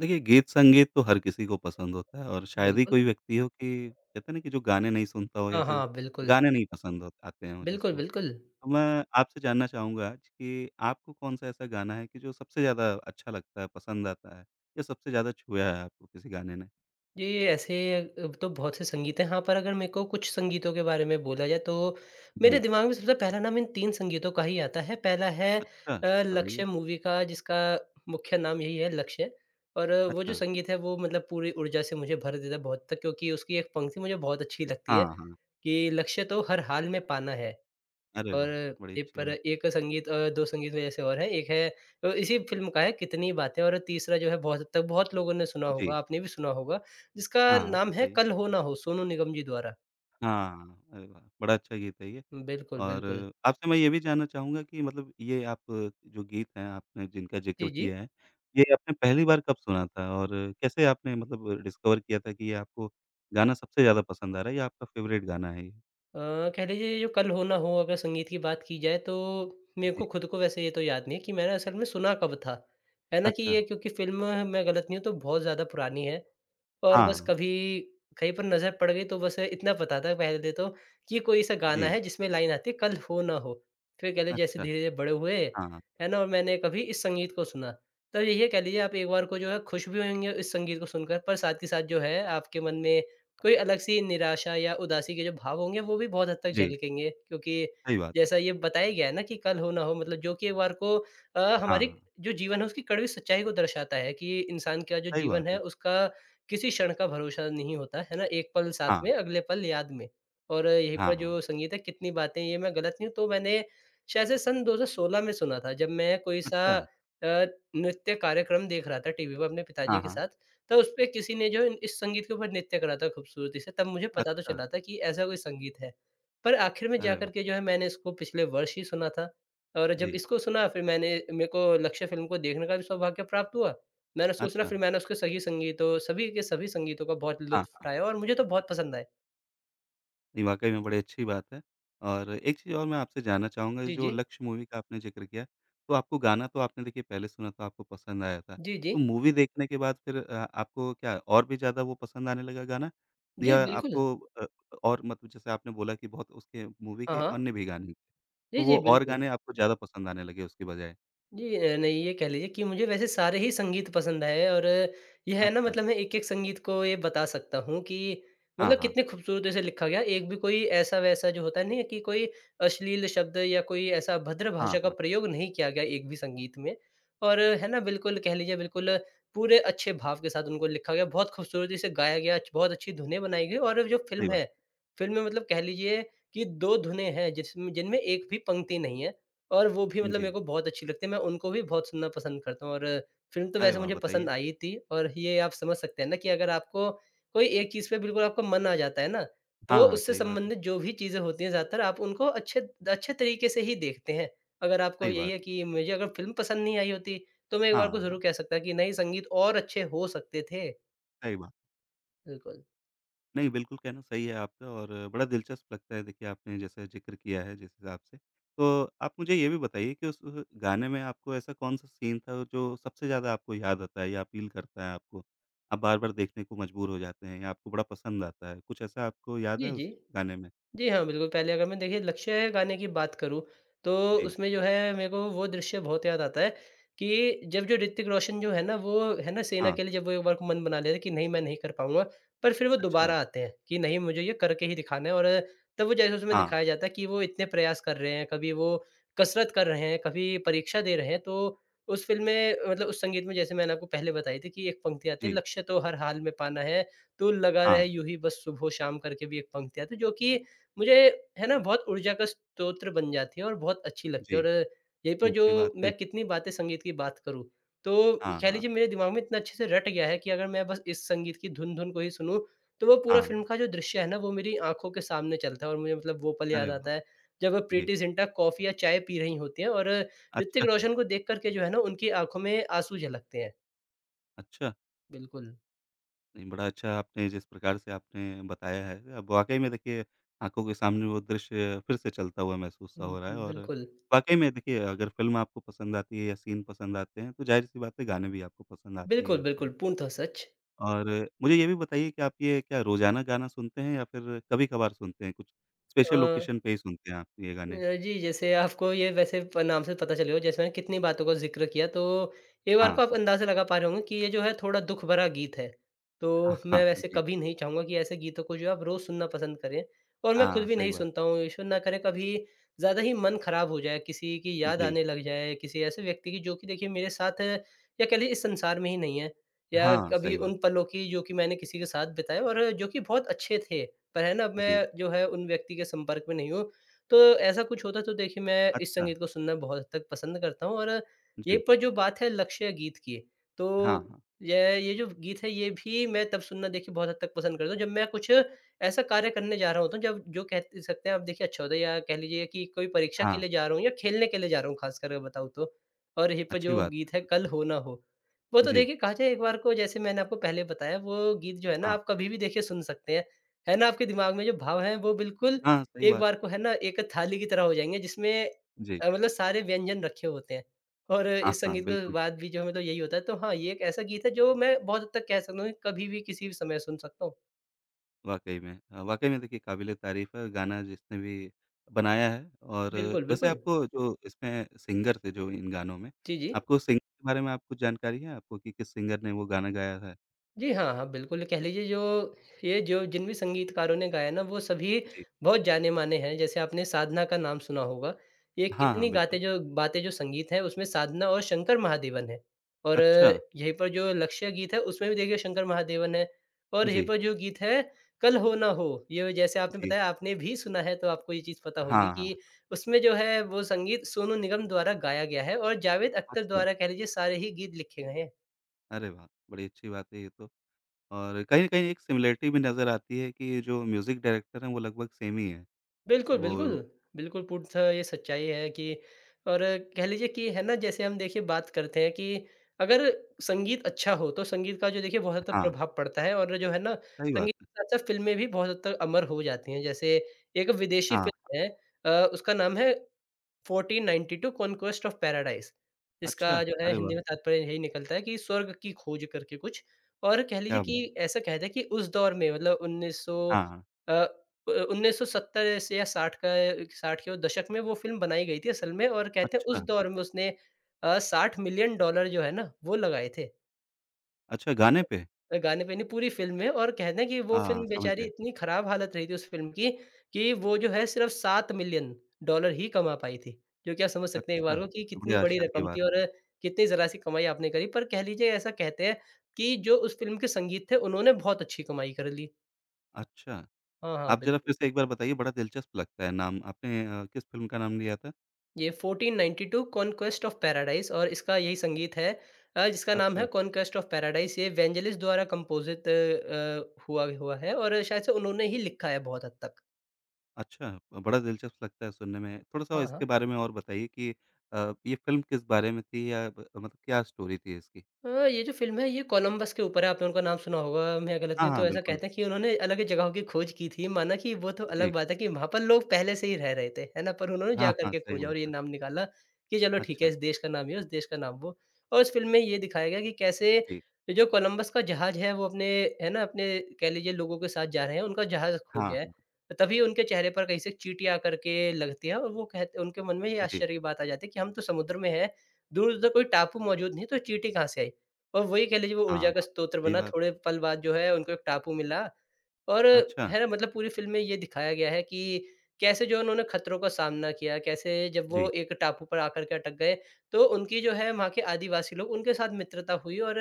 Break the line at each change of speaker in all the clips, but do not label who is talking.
देखिए, गीत-संगीत तो हर किसी को पसंद होता है और शायद ही
बिल्कुल।
कोई व्यक्ति हो कि कहते हैं ना कि जो गाने नहीं सुनता हो या
हाँ,
फिर
हाँ, बिल्कुल।
गाने नहीं पसंद हो आते हों
बिल्कुल,
जिसको।
बिल्कुल।
तो मैं आपसे जानना चाहूँगा आज कि आपको कौन-सा ऐसा गाना है कि जो सबसे ज़्यादा अच्छा लगता है, पसंद आता है या सबसे ज़्यादा छुआ है आपको किसी गाने ने?
ये ये ऐसे तो बहुत से संगीत हैं। हाँ, पर अगर मेरे को कुछ संगीतों के बारे में बोला जाए तो मेरे
जी।
दिमाग में सबसे पहला नाम इन 3 संगीतों का ही आता है। पहला है
अच्छा,
लक्ष्य
बताइए।
मूवी का, जिसका मुख्य नाम यही है लक्ष्य। और वो जो
अच्छा।
संगीत है वो मतलब पूरी ऊर्जा से मुझे भर देता है बहुत तक, क्योंकि उसकी एक पंक्ति मुझे बहुत अच्छी लगती है
हाँ, हाँ।
कि लक्ष्य तो हर हाल में पाना है।
अरे
और
वाह! बड़ी
एक
अच्छी
पर
बात है।
एक संगीत, 2 संगीत में ऐसे और हैं। एक है इसी फ़िल्म का है, कितनी बातें। और तीसरा जो है बहुत हद तक बहुत लोगों ने सुना होगा,
जी।
आपने भी सुना होगा, जिसका
हाँ,
नाम है
बताइए।
कल हो ना हो, सोनू निगम जी द्वारा।
हाँ, अरे वाह! बड़ा अच्छा गीत है ये।
बिल्कुल,
और
बिल्कुल।
आपसे मैं ये भी जानना चाहूँगा कि मतलब ये आप जो गीत हैं आपने जिनका ज़िक्र
जी, जी।
किया है, ये आपने पहली बार कब सुना था और कैसे आपने मतलब डिस्कवर किया था कि ये आपको गाना सबसे ज़्यादा पसंद आ रहा है या आपका फ़ेवरेट गाना है ये?
अ, कह लीजिए जो कल हो ना हो, अगर संगीत की बात की जाए तो मेरे
जी,
को खुद को वैसे ये तो याद नहीं है कि मैंने असल में सुना कब था। है ना कि
अच्छा।
ये, क्योंकि फ़िल्म मैं गलत नहीं हूँ तो बहुत ज़्यादा पुरानी है और बस
हाँ,
कभी कहीं पर नज़र पड़ गई तो बस इतना पता था पहले तो कि ये कोई ऐसा
जी,
गाना है जिसमें लाइन आती है कल हो ना हो। फिर कह लीजिए जैसे
अच्छा,
धीरे-धीरे बड़े हुए,
हाँ,
है ना? और मैंने कभी इस संगीत को सुना। तो यही है कह लीजिए, आप एक बार को जो है खुश भी होंगे इस संगीत को सुनकर, पर साथ के साथ जो है आपके मन में कोई अलग-सी निराशा या उदासी के जो भाव होंगे, वो भी बहुत हद तक
जी,
झलकेंगे। क्योंकि
सही बात
जैसा
है।
ये बताया गया है ना कि कल हो ना हो, मतलब जो कि एक बार को
हाँ,
हमारी जो जीवन है उसकी कड़वी सच्चाई को दर्शाता है कि इंसान का जो
सही
जीवन
बात
है
है।
उसका किसी क्षण का भरोसा नहीं होता, है ना? एक पल साथ
हाँ,
में, अगले पल याद में। और यहीं पर
हाँ,
जो संगीत है कितनी बातें, ये मैं गलत नहीं हूँ तो मैंने शायद से सन 2016 में सुना था, जब मैं कोई-सा
अच्छा,
नृत्य कार्यक्रम देख रहा था टीवी पर अपने पिताजी
हाँ,
के
हाँ,
साथ। तो उसपे किसी ने जो इस संगीत के ऊपर नृत्य करा था खूबसूरती से, तब मुझे पता तो
अच्छा,
चला था कि ऐसा कोई संगीत है। पर आखिर में
अरे वाह!
जाकर के जो है मैंने इसको पिछले वर्ष ही सुना था और जब
जी,
इसको सुना, फिर मैंने, मेरे को लक्ष्य फ़िल्म को देखने का भी सौभाग्य प्राप्त हुआ। मैंने उसको सुना,
अच्छा,
फिर मैंने उसके सभी के सभी संगीतों का बहुत
हाँ।
लुत्फ़ उठाया और मुझे तो बहुत पसंद आए।
नहीं, वाक़ई में बड़ी अच्छी बात है। और एक चीज़ और मैं आपसे जानना चाहूँगा
जी,
जो
जी।
लक्ष्य मूवी का आपने ज़िक्र किया, तो आपको गाना तो आपने देखिए पहले सुना तो आपको पसंद आया था।
जी, जी।
तो मूवी देखने के बाद फिर आपको क्या और भी ज़्यादा वो पसंद आने लगा गाना?
जी,
या
बिल्कुल।
आपको अ, और मतलब जैसे आपने बोला कि बहुत उसके मूवी
हाँ,
के
हाँ।
अन्य भी गाने, तो
जी,
वो
जी,
और
बिल्कुल।
गाने आपको ज़्यादा पसंद आने लगे उसके बजाय?
जी, नहीं, ये कह लीजिए कि मुझे वैसे सारे ही संगीत पसंद आए। और ये है ना,
अच्छा।
मतलब मैं एक-एक संगीत को ये बता सकता हूँ कि
हाँ,
मतलब
हाँ।
कितने खूबसूरती से लिखा गया। एक भी कोई ऐसा-वैसा जो होता नहीं है कि कोई अश्लील शब्द या कोई ऐसा अभद्र
हाँ,
भाषा का
हाँ।
प्रयोग नहीं किया गया एक भी संगीत में। और है ना, बिल्कुल कह लीजिए, बिल्कुल पूरे अच्छे भाव के साथ उनको लिखा गया, बहुत खूबसूरती से गाया गया, बहुत अच्छी धुनें बनाई गई और जो
सही
फ़िल्म
बात।
है, फ़िल्म में मतलब कह लीजिए कि 2 धुनें हैं जिसमें जिनमें एक भी पंक्ति नहीं है। और वो भी मतलब मेरे
जी।
को बहुत अच्छी लगती है। मैं उनको भी बहुत सुनना पसंद करता हूँ और फ़िल्म तो
अरे
वैसे
वाह!
मुझे पसंद
बताइए।
आई थी। और ये आप समझ सकते हैं ना कि अगर आपको कोई एक चीज़ पे बिल्कुल आपका मन आ जाता है ना, तो
हाँ, हाँ।
उससे
सही बात है।
संबंधित जो भी चीज़ें होती हैं, ज़्यादातर आप उनको अच्छे अच्छे तरीके से ही देखते हैं। अगर आपको
सही
यही
बात
है
है।
कि मुझे अगर फ़िल्म पसंद नहीं आई होती, तो मैं एक बार को
हाँ,
ज़रूर
हाँ।
कह सकता कि नहीं, संगीत और अच्छे हो सकते थे।
सही बात।
बिल्कुल।
नहीं, बिल्कुल कहना सही है आपका और बड़ा दिलचस्प लगता है देखिए आपने जैसा ज़िक्र किया है जिस हिसाब से। तो आप मुझे ये भी बताइए कि उस गाने में आपको ऐसा कौन-सा सीन था जो सबसे ज़्यादा आपको याद आता है या अपील करता है आपको? आप बार-बार देखने को मजबूर हो जाते हैं या आपको बड़ा पसंद आता है? कुछ ऐसा आपको याद
जी,
है
जी।
उस गाने में?
जी हाँ, बिल्कुल। पहले अगर मैं देखिए लक्ष्य है गाने की बात करूँ, तो
जी,
उसमें जो है मेरे को वो दृश्य बहुत याद आता है कि जब जो ऋतिक रोशन जो है ना वो है ना सेना
हाँ,
के लिए, जब वो एक बार को मन बना लेते हैं कि नहीं, मैं नहीं कर पाऊँगा, पर फिर वो
अच्छा,
दोबारा आते हैं कि नहीं, मुझे ये करके ही दिखाना है। और तब वो जैसे उसमें
हाँ,
दिखाया जाता है कि वो इतने प्रयास कर रहे हैं, कभी वो कसरत कर रहे हैं, कभी परीक्षा दे रहे हैं। तो उस फ़िल्म में मतलब उस संगीत में जैसे मैंने आपको पहले बताई थी कि एक पंक्ति आती है
जी,
लक्ष्य तो हर हाल में पाना है, तू लगा रहे
हाँ,
यूँ ही बस सुबह शाम करके, भी एक पंक्ति आती है, जो कि मुझे है ना बहुत ऊर्जा का स्रोत बन जाती है और बहुत अच्छी लगती
जी,
है। और यहीं पर
ये
जो
अच्छी बात है।
मैं कितनी बातें संगीत की बात करूँ, तो
हाँ,
कह
हाँ,
लीजिए मेरे दिमाग में इतना अच्छे से रट गया है कि अगर मैं बस इस संगीत की धुन-धुन को ही सुनूँ, तो वो पूरा
हाँ,
फ़िल्म का जो दृश्य है ना वो मेरी आँखों के सामने चलता है और मुझे मतलब वो पल याद
अरे वाह!
आता है, जब
जी,
प्रीटि जिंटा कॉफ़ी या चाय पी रही होती हैं और
अच्छा
ऋतिक
था,
रोशन को देख कर के जो है ना उनकी आँखों में आँसू झलकते हैं।
अच्छा।
बिल्कुल।
नहीं, बड़ा अच्छा आपने जिस प्रकार से आपने बताया है, अब वाक़ई में देखिए आँखों के सामने वो दृश्य फिर से चलता हुआ महसूस सा
हुँ,
हो रहा है और
बिल्कुल।
वाक़ई में देखिए अगर फ़िल्म आपको पसंद आती है या सीन पसंद आते हैं, तो ज़ाहिर-सी बात है गाने भी आपको पसंद आते ही
बिल्कुल,
आते
बिल्कुल,
हैं।
पूर्णतः सच।
और मुझे ये भी बताइए कि आप ये क्या रोज़ाना गाना सुनते हैं या फिर कभी-कभार सुनते हैं? कुछ
अ
स्पेशल ओकेशन पे ही सुनते हैं आप ये गाने?
जी, जैसे आपको ये वैसे प नाम से पता चले हो, जैसे मैंने कितनी बातों का ज़िक्र किया, तो एक बार
हाँ,
को आप अंदाज़ा लगा पा रहे होंगे कि ये जो है थोड़ा दुःख भरा गीत है। तो
हाँ,
मैं
हाँ,
वैसे
जी।
कभी नहीं चाहूँगा कि ऐसे गीतों को जो है आप रोज़ सुनना पसंद करें और मैं खुद
हाँ,
भी
सही
नहीं
बात।
सुनता हूँ। ईश्वर ना करे कभी ज़्यादा ही मन ख़राब हो जाए, किसी की याद
जी।
आने लग जाए, किसी ऐसे व्यक्ति की जो कि देखिए मेरे साथ है, या कह लीजिए इस संसार में ही नहीं है, या
हाँ,
कभी
सही बात।
उन पलों की जो कि मैंने किसी के साथ बिताए और जो कि बहुत अच्छे थे। पर है ना, अब
जी।
मैं जो है उन व्यक्ति के संपर्क में नहीं हूँ, तो ऐसा कुछ होता तो देखिए मैं इस
अच्छा।
संगीत को सुनना बहुत हद तक पसंद करता हूँ। और ये
जी।
पर जो बात है लक्ष्य गीत की, तो
हाँ, हाँ।
ये जो गीत है ये भी मैं तब सुनना देखिए बहुत हद तक पसंद करता हूँ जब मैं कुछ ऐसा कार्य करने जा रहा होता हूँ, जब जो कह सकते हैं आप देखिए अच्छा होता है, या कह लीजिए कि कोई परीक्षा के
हाँ,
लिए जा रहा हूँ या खेलने के लिए जा रहा हूँ खास कर बताऊँ तो। और ये पर
अच्छी
जो
बात
गीत है कल
है।
हो ना हो, वो तो
जी।
देखिए कहा जाए एक बार को जैसे मैंने आपको पहले बताया, वो गीत जो है ना
हाँ,
आप कभी भी देखिए सुन सकते हैं। है ना, आपके दिमाग में जो भाव है वो बिल्कुल
हाँ, सही
एक
बात
बार
है।
को है ना एक थाली की तरह हो जाएँगे जिसमें
जी।
मतलब सारे व्यंजन रखे होते हैं और
हाँ,
इस
हाँ,
संगीत के
बिल्कुल,
बाद भी जो है मतलब यही होता है। तो हाँ, ये एक ऐसा गीत है जो मैं बहुत हद तक कह सकता हूँ कि कभी भी किसी भी समय सुन सकता हूँ।
वाक़ई में। वाक़ई में देखिए काबिल-ए-तारीफ़ है गाना जिसने भी बनाया है। और
बिल्कुल,
वैसे
बिल्कुल।
आपको जो इसमें सिंगर थे जो इन गानों में,
जी, जी।
आपको सिंगर के बारे में आपको कुछ जानकारी है आपको कि किस सिंगर ने वो गाना गाया है?
जी, हाँ, हाँ, बिल्कुल कह लीजिए जो ये जो जिन भी संगीतकारों ने गाया ना वो सभी
जी।
बहुत जाने-माने हैं। जैसे आपने साधना का नाम सुना होगा। ये
हाँ, हाँ,
कितनी गाते
बिल्कुल।
जो बातें जो संगीत है उसमें साधना और शंकर महादेवन है। और
अच्छा!
यहीं पर जो लक्ष्य गीत है उसमें भी देखिए शंकर महादेवन है। और यहीं
जी,
पर जो गीत है कल हो ना हो, ये जैसे आपने
जी।
बताया आपने भी सुना है तो आपको ये चीज़ पता होगी
हाँ, हाँ।
कि उसमें जो है वो संगीत सोनू निगम द्वारा गाया गया है और जावेद अख्तर
अच्छा।
द्वारा कह लीजिए सारे ही गीत लिखे गए हैं।
अरे वाह! बड़ी अच्छी बात है ये तो। और कहीं न कहीं एक सिमिलैरिटी भी नज़र आती है कि जो म्यूज़िक डायरेक्टर हैं वो लगभग सेम ही हैं।
बिल्कुल, बिल्कुल।
वो
बिल्कुल, पूर्णतः ये सच्चाई है कि और कह लीजिए कि है ना, जैसे हम देखिए बात करते हैं कि अगर संगीत अच्छा हो तो संगीत का जो देखिए बहुत ज़्यादा
हाँ,
प्रभाव पड़ता है और जो है ना
सही बात
संगीत
है।
के साथ-साथ फ़िल्में भी बहुत हद तक अमर हो जाती हैं। जैसे एक विदेशी
हाँ,
फ़िल्म है, उसका नाम है 1492 कॉन्क्वेस्ट ऑफ पैराडाइस। इसका
अच्छा!
जो है
अरे वाह!
हिंदी में तात्पर्य यही निकलता है कि स्वर्ग की खोज करके कुछ। और कह लीजिए
क्या बात,
कि ऐसा कहते हैं कि उस दौर में मतलब 1900
हाँ, हाँ।
अ, अ, 1970 से या 60 के दशक में वो फ़िल्म बनाई गई थी असल में। और कहते हैं उस
अच्छा,
दौर में उसने 60 मिलियन डॉलर जो है ना, वो लगाए थे।
अच्छा गाने पे?
गाने पे नहीं, पूरी फ़िल्म है। और कहना है कि वो
हाँ,
फ़िल्म
समझ
बेचारी
गया।
इतनी ख़राब हालत रही थी उस फ़िल्म की, कि वो जो है सिर्फ़ 7 मिलियन डॉलर ही कमा पाई थी। जो कि आप समझ सकते हैं एक
अच्छा,
बार को कि
बड़े
कितनी बड़ी
आश्चर्य की
रकम थी।
बात है।
और कितनी ज़रा-सी कमाई आपने करी। पर कह लीजिए ऐसा कहते हैं कि जो उस फ़िल्म के संगीत थे उन्होंने बहुत अच्छी कमाई कर ली।
अच्छा,
हाँ, हाँ,
आप ज़रा
बिल्कुल।
फिर से एक बार बताइए बड़ा दिलचस्प लगता है नाम। आपने किस फ़िल्म का नाम लिया था?
ये 1492 कॉन्क्वेस्ट ऑफ पैराडाइज़ और इसका यही संगीत है, जिसका नाम
अच्छा,
है कॉन्क्वेस्ट ऑफ पैराडाइज़। ये वेंजेलिस द्वारा कंपोज़िट हुआ हुआ है और शायद से उन्होंने ही लिखा है बहुत हद तक।
अच्छा, बड़ा दिलचस्प लगता है सुनने में। थोड़ा-सा
हाँ, हाँ।
इसके बारे में और बताइए कि ये फ़िल्म किस बारे में थी या ब मतलब क्या स्टोरी थी इसकी?
हाँ, ये जो फ़िल्म है ये कोलंबस के ऊपर है, आपने उनका नाम सुना होगा, मैं गलत नहीं
हाँ,
हूँ तो
हाँ,
ऐसा
बिल्कुल।
कहते हैं कि उन्होंने अलग जगहों की खोज की थी, माना कि वो तो अलग
जी।
बात है कि वहाँ पर लोग पहले से ही रह रहे थे, है ना? पर उन्होंने जा
हाँ,
कर
हाँ,
के
सही
खोजा और
बात
ये
है।
नाम निकाला कि चलो ठीक है
अच्छा,
इस देश का नाम ये, उस देश का नाम वो। और उस फ़िल्म में ये दिखाया गया कि कैसे
जी।
जो कोलंबस का जहाज़ है वो अपने, है ना, अपने कह लीजिए लोगों के साथ जा रहे हैं, उनका जहाज़
हाँ,
खो गया है।
हाँ,
तभी उनके चेहरे पर कहीं से चींटी आ कर के लगती है और वो कहते उनके मन में ये
जी।
आश्चर्य की बात आ जाती है कि हम तो समुद्र में हैं, दूर-दूर तक कोई टापू मौजूद नहीं है, तो चींटी कहाँ से आई? और वही कह लीजिए वो
हाँ,
ऊर्जा का
हाँ,
स्रोत
सही
बना,
बात है।
थोड़े पल बाद जो है उनको एक टापू मिला। और
अच्छा,
है ना मतलब पूरी फ़िल्म में ये दिखाया गया है कि कैसे जो उन्होंने खतरों का सामना किया, कैसे जब वो
जी,
एक टापू पर आकर के अटक गए, तो उनकी जो है वहाँ के आदिवासी लोग उनके साथ मित्रता हुई और,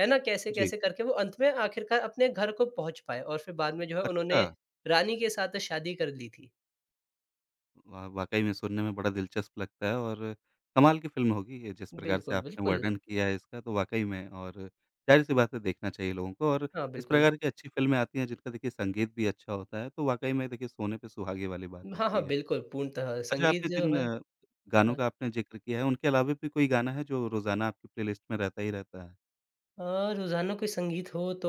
है ना,
जी।
कैसे-कैसे करके वो अंत में आखिरकार अपने घर को पहुँच पाए और फिर बाद में जो है
अच्छा।
उन्होंने रानी के साथ शादी कर ली थी।
वा वाक़ई में सुनने में बड़ा दिलचस्प लगता है और कमाल की फ़िल्म होगी ये जिस प्रकार से
बिल्कुल,
आपने
बिल्कुल।
वर्णन किया है इसका तो वाक़ई में। और ज़ाहिर-सी बात है देखना चाहिए लोगों को और
हाँ,
इस
बिल्कुल।
प्रकार की अच्छी फ़िल्में आती हैं जिनका देखिए संगीत भी अच्छा होता है, तो वाक़ई में देखिए सोने पे सुहागे वाली बात
हाँ, हाँ,
होती है।
बिल्कुल, पूर्णतः
अच्छा
संगीत
आपने
जो
जिन
है।
गानों
हाँ।
का आपने ज़िक्र किया है उनके अलावा भी कोई गाना है जो रोज़ाना आपकी प्लेलिस्ट में रहता ही रहता है?
अ, रोज़ाना कोई संगीत हो तो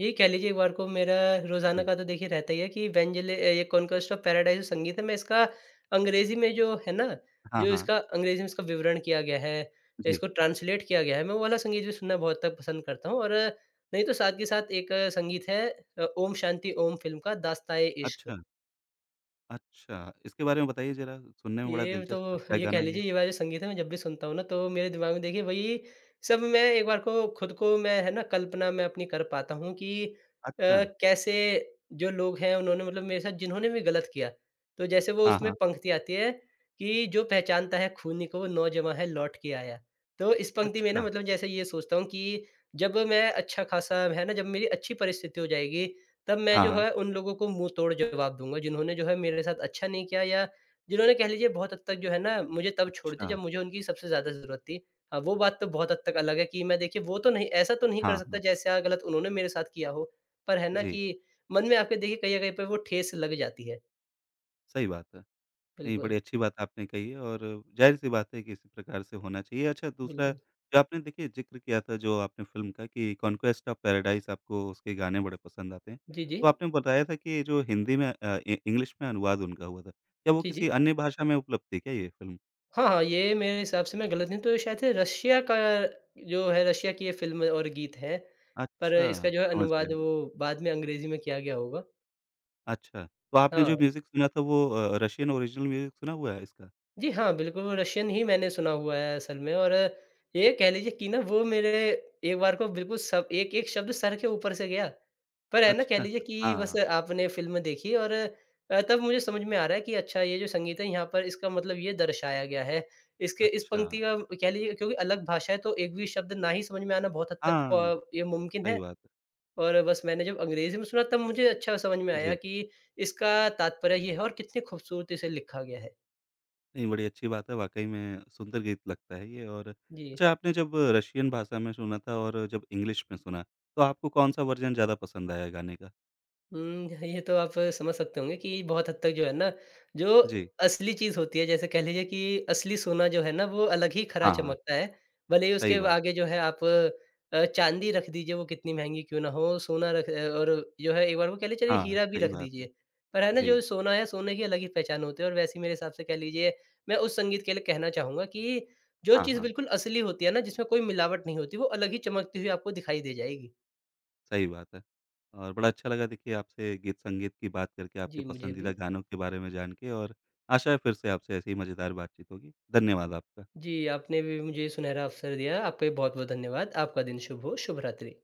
यही कह लीजिए एक बार को मेरा रोज़ाना
जी।
का तो देखिए रहता ही है कि ये कॉन्क्वेस्ट ऑफ पैराडाइज़ जो संगीत है मैं इसका अंग्रेज़ी में जो है ना,
हाँ,
जो
हाँ।
इसका अंग्रेज़ी में इसका विवरण किया गया है,
जी।
इसको ट्रांसलेट किया गया है, मैं वो वाला संगीत भी सुनना बहुत तक पसंद करता हूँ और नहीं तो साथ के साथ एक संगीत है ओम शांति ओम फ़िल्म का दास्ताए इश्क।
अच्छा, अच्छा इसके बारे में बताइए ज़रा सुनने में बड़ा
ये तो
दिलचस्प लगता है
ये कह
गाना
लीजिए
ये।
ये वाला जो संगीत है मैं जब भी सुनता हूँ ना तो मेरे दिमाग में देखिए वही सब मैं एक बार को खुद को मैं है ना कल्पना मैं अपनी कर पाता हूँ कि
अच्छा।
कैसे जो लोग हैं उन्होंने मतलब मेरे साथ जिन्होंने भी गलत किया तो जैसे वो
हाँ,
उसमें
हाँ।
पंक्ति आती है कि जो पहचानता है खूनी को वो नौजवां है लौट के आया। तो इस पंक्ति में ना
अच्छा।
मतलब जैसे ये सोचता हूँ कि जब मैं अच्छा खासा है ना जब मेरी अच्छी परिस्थिति हो जाएगी तब मैं
हाँ,
जो
हाँ।
है उन लोगों को मुंह तोड़ जवाब दूंगा जिन्होंने जो है मेरे साथ अच्छा नहीं किया या जिन्होंने कह लीजिए बहुत हद तक जो है ना, मुझे तब छोड़ी थी
अच्छा,
जब मुझे उनकी सबसे ज़्यादा ज़रूरत थी। हाँ, वो बात तो बहुत हद तक अलग है कि मैं देखिए वो तो नहीं ऐसा तो नहीं कर
हाँ,
सकता
हाँ।
जैसा गलत उन्होंने मेरे साथ किया हो। पर है ना
जी,
कि मन में आपके देखिए कहीं न कहीं पे वो ठेस लग जाती है।
सही बात है। नहीं,
बिल्कुल,
बड़ी अच्छी बात आपने कही है और ज़ाहिर-सी बात है कि इसी प्रकार से होना चाहिए। अच्छा दूसरा
बिल्कुल।
जो आपने देखिए ज़िक्र किया था जो आपने फ़िल्म का कि कॉन्क्वेस्ट ऑफ पैराडाइज़ आपको उसके गाने बड़े पसंद आते हैं।
जी, जी।
तो आपने बताया था कि जो हिंदी में अ, इ इंग्लिश में अनुवाद उनका हुआ था। क्या वो
जी,
किसी
जी।
अन्य भाषा में उपलब्ध थी क्या ये फ़िल्म?
हाँ, हाँ, ये मेरे हिसाब से मैं गलत नहीं हूँ तो ये शायद से रशिया का जो है रशिया की ये फ़िल्म और गीत है। पर
अच्छा,
इसका जो है
समझ गया
अनुवाद
मैं।
वो बाद में अंग्रेज़ी में किया गया होगा।
अच्छा, तो आपने जो
हाँ।
म्यूज़िक सुना था वो रशियन ओरिजिनल म्यूज़िक सुना हुआ है इसका?
जी हाँ, बिल्कुल, वो रशियन ही मैंने सुना हुआ है असल में और ये कह लीजिए कि ना वो मेरे एक बार को बिल्कुल सब एक-एक शब्द सर के ऊपर से गया। पर है ना कह
अच्छा,
लीजिए कि बस
हाँ,
आपने फ़िल्म देखी और तब मुझे समझ में आ रहा है कि अच्छा ये जो संगीत है यहाँ पर इसका मतलब ये दर्शाया गया है। इसके इस
अच्छा।
पंक्ति का कह लीजिए क्योंकि अलग भाषा है तो एक भी शब्द ना ही समझ में आना बहुत हद तक
हाँ,
प ये मुमकिन
सही
है।
बात है।
और बस मैंने जब अंग्रेज़ी में सुना तब मुझे अच्छा समझ में आया
जी।
कि इसका तात्पर्य ये है और कितनी खूबसूरती से लिखा गया है।
नहीं, बड़ी अच्छी बात है, वाक़ई में सुंदर गीत लगता है ये। और
जी।
अच्छा आपने जब रशियन भाषा में सुना था और जब इंग्लिश में सुना, तो आपको कौन-सा वर्ज़न ज़्यादा पसंद आया गाने का?
हुँ, ये तो आप समझ सकते होंगे कि बहुत हद तक जो है ना, जो
जी।
असली चीज़ होती है, जैसे कह लीजिए कि असली सोना जो है ना, वो अलग ही खरा
हाँ, हाँ,
चमकता है। भले ही उसके
सही बात।
आगे जो है आप चाँदी रख दीजिए, वो कितनी महँगी क्यों ना हो, सोना रख और जो है एक बार वो कह लीजिए चलिए
हाँ,
हीरा भी
सही
रख
बात है।
दीजिए। पर है ना, जो
जी।
सोना है, सोने की अलग ही पहचान होती है और वैसे ही मेरे हिसाब से कह लीजिए, मैं उस संगीत के लिए कहना चाहूँगा कि जो
हाँ,
चीज़
हाँ,
बिल्कुल असली होती है ना, जिसमें कोई मिलावट नहीं होती, वो अलग ही चमकती हुई आपको दिखाई दे जाएगी।
सही बात है। और बड़ा अच्छा लगा देखिए आपसे गीत संगीत की बात करके, आपके
जी, मुझे
पसंदीदा
भी।
गानों के बारे में जान के और आशा है फिर से आपसे ऐसी ही मज़ेदार बातचीत होगी। धन्यवाद आपका।
जी, आपने भी मुझे सुनहरा अवसर दिया। आपका भी बहुत-बहुत धन्यवाद। आपका दिन शुभ हो। शुभ रात्रि।